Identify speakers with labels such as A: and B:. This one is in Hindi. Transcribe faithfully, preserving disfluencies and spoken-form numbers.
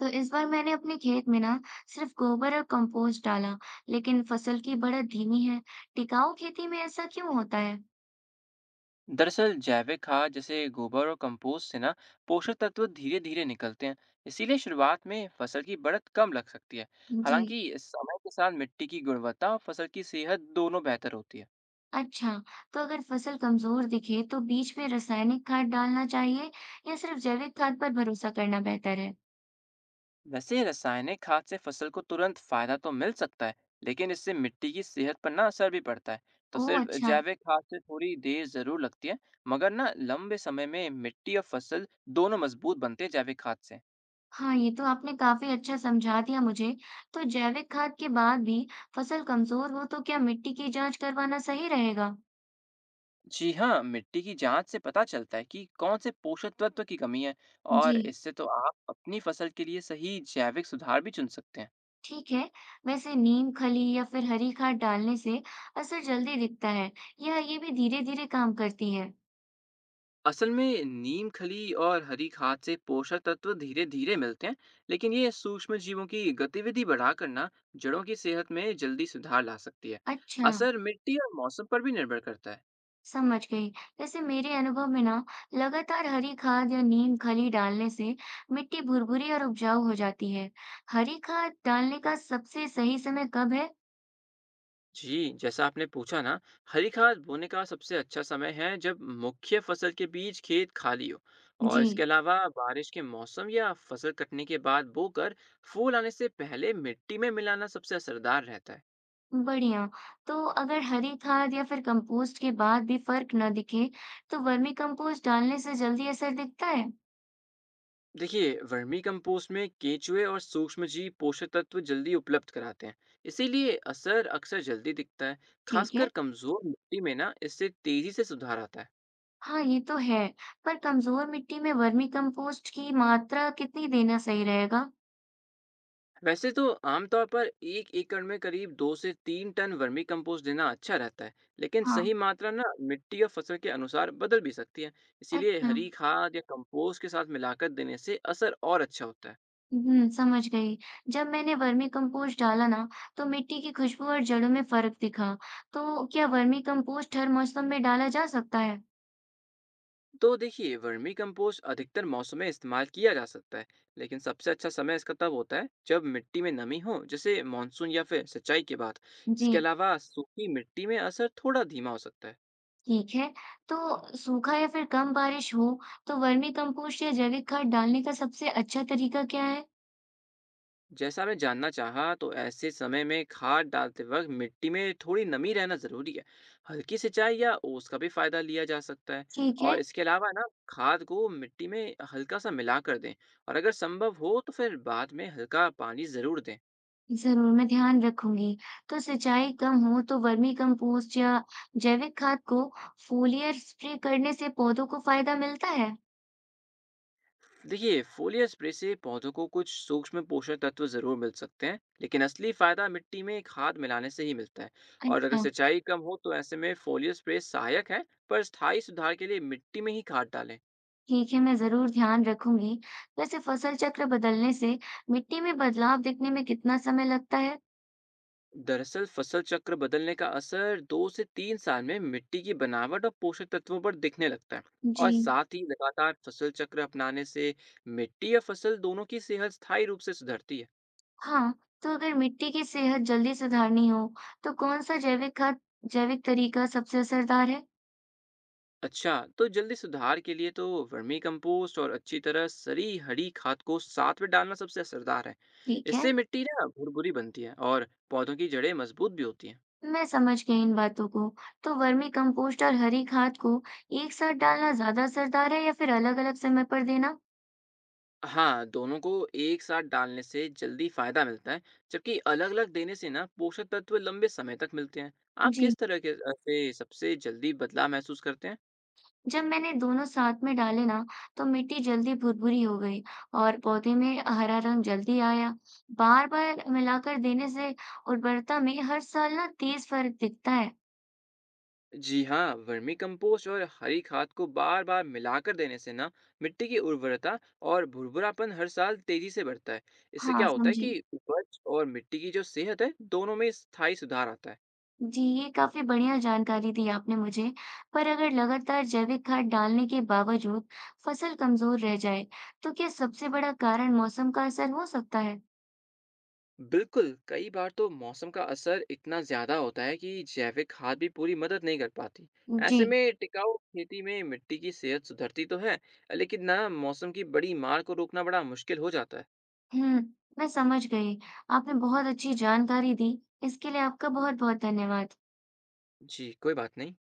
A: तो इस बार मैंने अपने खेत में ना सिर्फ गोबर और कंपोस्ट डाला, लेकिन फसल की बढ़त धीमी है। टिकाऊ खेती में ऐसा क्यों होता है?
B: दरअसल जैविक खाद जैसे गोबर और कंपोस्ट से ना पोषक तत्व धीरे धीरे निकलते हैं। इसीलिए शुरुआत में फसल की बढ़त कम लग सकती है।
A: जी।
B: हालांकि समय के साथ मिट्टी की गुणवत्ता और फसल की सेहत दोनों बेहतर होती है।
A: अच्छा, तो अगर फसल कमजोर दिखे तो बीच में रासायनिक खाद डालना चाहिए या सिर्फ जैविक खाद पर भरोसा करना बेहतर है?
B: वैसे रासायनिक खाद से फसल को तुरंत फायदा तो मिल सकता है, लेकिन इससे मिट्टी की सेहत पर ना असर भी पड़ता है। तो
A: ओह
B: सिर्फ
A: अच्छा।
B: जैविक खाद से थोड़ी देर जरूर लगती है। मगर ना लंबे समय में मिट्टी और फसल दोनों मजबूत बनते हैं जैविक खाद से।
A: हाँ, ये तो आपने काफी अच्छा समझा दिया मुझे। तो जैविक खाद के बाद भी फसल कमजोर हो तो क्या मिट्टी की जांच करवाना सही रहेगा?
B: जी हाँ, मिट्टी की जांच से पता चलता है कि कौन से पोषक तत्व की कमी है। और
A: जी।
B: इससे तो आप अपनी फसल के लिए सही जैविक सुधार भी चुन सकते हैं।
A: ठीक है। वैसे नीम खली या फिर हरी खाद डालने से असर जल्दी दिखता है। यह ये भी धीरे धीरे काम करती है।
B: असल में नीम खली और हरी खाद से पोषक तत्व धीरे धीरे मिलते हैं, लेकिन ये सूक्ष्म जीवों की गतिविधि बढ़ा करना जड़ों की सेहत में जल्दी सुधार ला सकती है।
A: अच्छा।
B: असर मिट्टी और मौसम पर भी निर्भर करता है।
A: समझ गई। वैसे मेरे अनुभव में ना लगातार हरी खाद या नीम खली डालने से मिट्टी भुरभुरी और उपजाऊ हो जाती है। हरी खाद डालने का सबसे सही समय कब है?
B: जी, जैसा आपने पूछा ना, हरी खाद बोने का सबसे अच्छा समय है जब मुख्य फसल के बीच खेत खाली हो।
A: जी।
B: और इसके अलावा बारिश के मौसम या फसल कटने के बाद बोकर फूल आने से पहले मिट्टी में मिलाना सबसे असरदार रहता है।
A: बढ़िया। तो अगर हरी खाद या फिर कंपोस्ट के बाद भी फर्क न दिखे तो वर्मी कंपोस्ट डालने से जल्दी असर दिखता है।
B: देखिए, वर्मी कंपोस्ट में केंचुए और सूक्ष्मजीव पोषक तत्व जल्दी उपलब्ध कराते हैं, इसीलिए असर अक्सर जल्दी दिखता है।
A: ठीक
B: खासकर
A: है।
B: कमजोर मिट्टी में ना इससे तेजी से सुधार आता है।
A: हाँ, ये तो है, पर कमजोर मिट्टी में वर्मी कंपोस्ट की मात्रा कितनी देना सही रहेगा?
B: वैसे तो आमतौर पर एक एकड़ में करीब दो से तीन टन वर्मी कंपोस्ट देना अच्छा रहता है, लेकिन
A: हाँ।
B: सही मात्रा ना मिट्टी और फसल के अनुसार बदल भी सकती है। इसीलिए
A: अच्छा।
B: हरी खाद या कंपोस्ट के साथ मिलाकर देने से असर और अच्छा होता है।
A: हुँ, समझ गई। जब मैंने वर्मी कंपोस्ट डाला ना, तो मिट्टी की खुशबू और जड़ों में फर्क दिखा। तो क्या वर्मी कंपोस्ट हर मौसम में डाला जा सकता है?
B: तो देखिए वर्मी कंपोस्ट अधिकतर मौसम में इस्तेमाल किया जा सकता है, लेकिन सबसे अच्छा समय इसका तब होता है जब मिट्टी में नमी हो, जैसे मानसून या फिर सिंचाई के बाद। इसके
A: जी।
B: अलावा सूखी मिट्टी में असर थोड़ा धीमा हो सकता है।
A: ठीक है। तो सूखा या फिर कम बारिश हो, तो वर्मी कंपोस्ट या जैविक खाद डालने का सबसे अच्छा तरीका क्या है?
B: जैसा मैं जानना चाहा, तो ऐसे समय में खाद डालते वक्त मिट्टी में थोड़ी नमी रहना ज़रूरी है। हल्की सिंचाई या ओस का भी फ़ायदा लिया जा सकता है।
A: ठीक
B: और
A: है।
B: इसके अलावा ना खाद को मिट्टी में हल्का सा मिला कर दें, और अगर संभव हो तो फिर बाद में हल्का पानी ज़रूर दें।
A: जरूर, मैं ध्यान रखूंगी। तो सिंचाई कम हो तो वर्मी कंपोस्ट या जैविक खाद को फोलियर स्प्रे करने से पौधों को फायदा मिलता है?
B: देखिए, फोलियर स्प्रे से पौधों को कुछ सूक्ष्म पोषक तत्व ज़रूर मिल सकते हैं, लेकिन असली फ़ायदा मिट्टी में खाद मिलाने से ही मिलता है। और अगर
A: अच्छा।
B: सिंचाई कम हो तो ऐसे में फोलियर स्प्रे सहायक है, पर स्थायी सुधार के लिए मिट्टी में ही खाद डालें।
A: ठीक है, मैं जरूर ध्यान रखूंगी। वैसे फसल चक्र बदलने से मिट्टी में बदलाव दिखने में कितना समय लगता है?
B: दरअसल फसल चक्र बदलने का असर दो से तीन साल में मिट्टी की बनावट और पोषक तत्वों पर दिखने लगता है। और
A: जी।
B: साथ ही लगातार फसल चक्र अपनाने से मिट्टी या फसल दोनों की सेहत स्थायी रूप से सुधरती है।
A: हाँ, तो अगर मिट्टी की सेहत जल्दी सुधारनी हो तो कौन सा जैविक खाद जैविक तरीका सबसे असरदार है?
B: अच्छा, तो जल्दी सुधार के लिए तो वर्मी कंपोस्ट और अच्छी तरह सरी हरी खाद को साथ में डालना सबसे असरदार है।
A: ठीक है।
B: इससे मिट्टी ना भुरभुरी बनती है और पौधों की जड़ें मजबूत भी होती हैं।
A: मैं समझ गई इन बातों को। तो वर्मी कंपोस्ट और हरी खाद को एक साथ डालना ज्यादा असरदार है या फिर अलग-अलग समय पर देना?
B: हाँ, दोनों को एक साथ डालने से जल्दी फायदा मिलता है, जबकि अलग-अलग देने से ना पोषक तत्व लंबे समय तक मिलते हैं। आप
A: जी,
B: किस तरह के अ, से सबसे जल्दी बदलाव महसूस करते हैं?
A: जब मैंने दोनों साथ में डाले ना, तो मिट्टी जल्दी भुरभुरी हो गई और पौधे में हरा रंग जल्दी आया। बार-बार मिलाकर देने से उर्वरता में हर साल ना तेज फर्क दिखता है।
B: जी हाँ, वर्मी कंपोस्ट और हरी खाद को बार-बार मिलाकर देने से ना मिट्टी की उर्वरता और भुरभुरापन हर साल तेजी से बढ़ता है। इससे
A: हाँ,
B: क्या होता है
A: समझी।
B: कि उपज और मिट्टी की जो सेहत है, दोनों में स्थायी सुधार आता है।
A: जी, ये काफ़ी बढ़िया जानकारी दी आपने मुझे। पर अगर लगातार जैविक खाद डालने के बावजूद फसल कमज़ोर रह जाए, तो क्या सबसे बड़ा कारण मौसम का असर हो सकता है?
B: बिल्कुल, कई बार तो मौसम का असर इतना ज्यादा होता है कि जैविक खाद भी पूरी मदद नहीं कर पाती।
A: जी।
B: ऐसे में टिकाऊ खेती में मिट्टी की सेहत सुधरती तो है, लेकिन ना मौसम की बड़ी मार को रोकना बड़ा मुश्किल हो जाता है।
A: हुँ, मैं समझ गई। आपने बहुत अच्छी जानकारी दी। इसके लिए आपका बहुत-बहुत धन्यवाद।
B: जी कोई बात नहीं।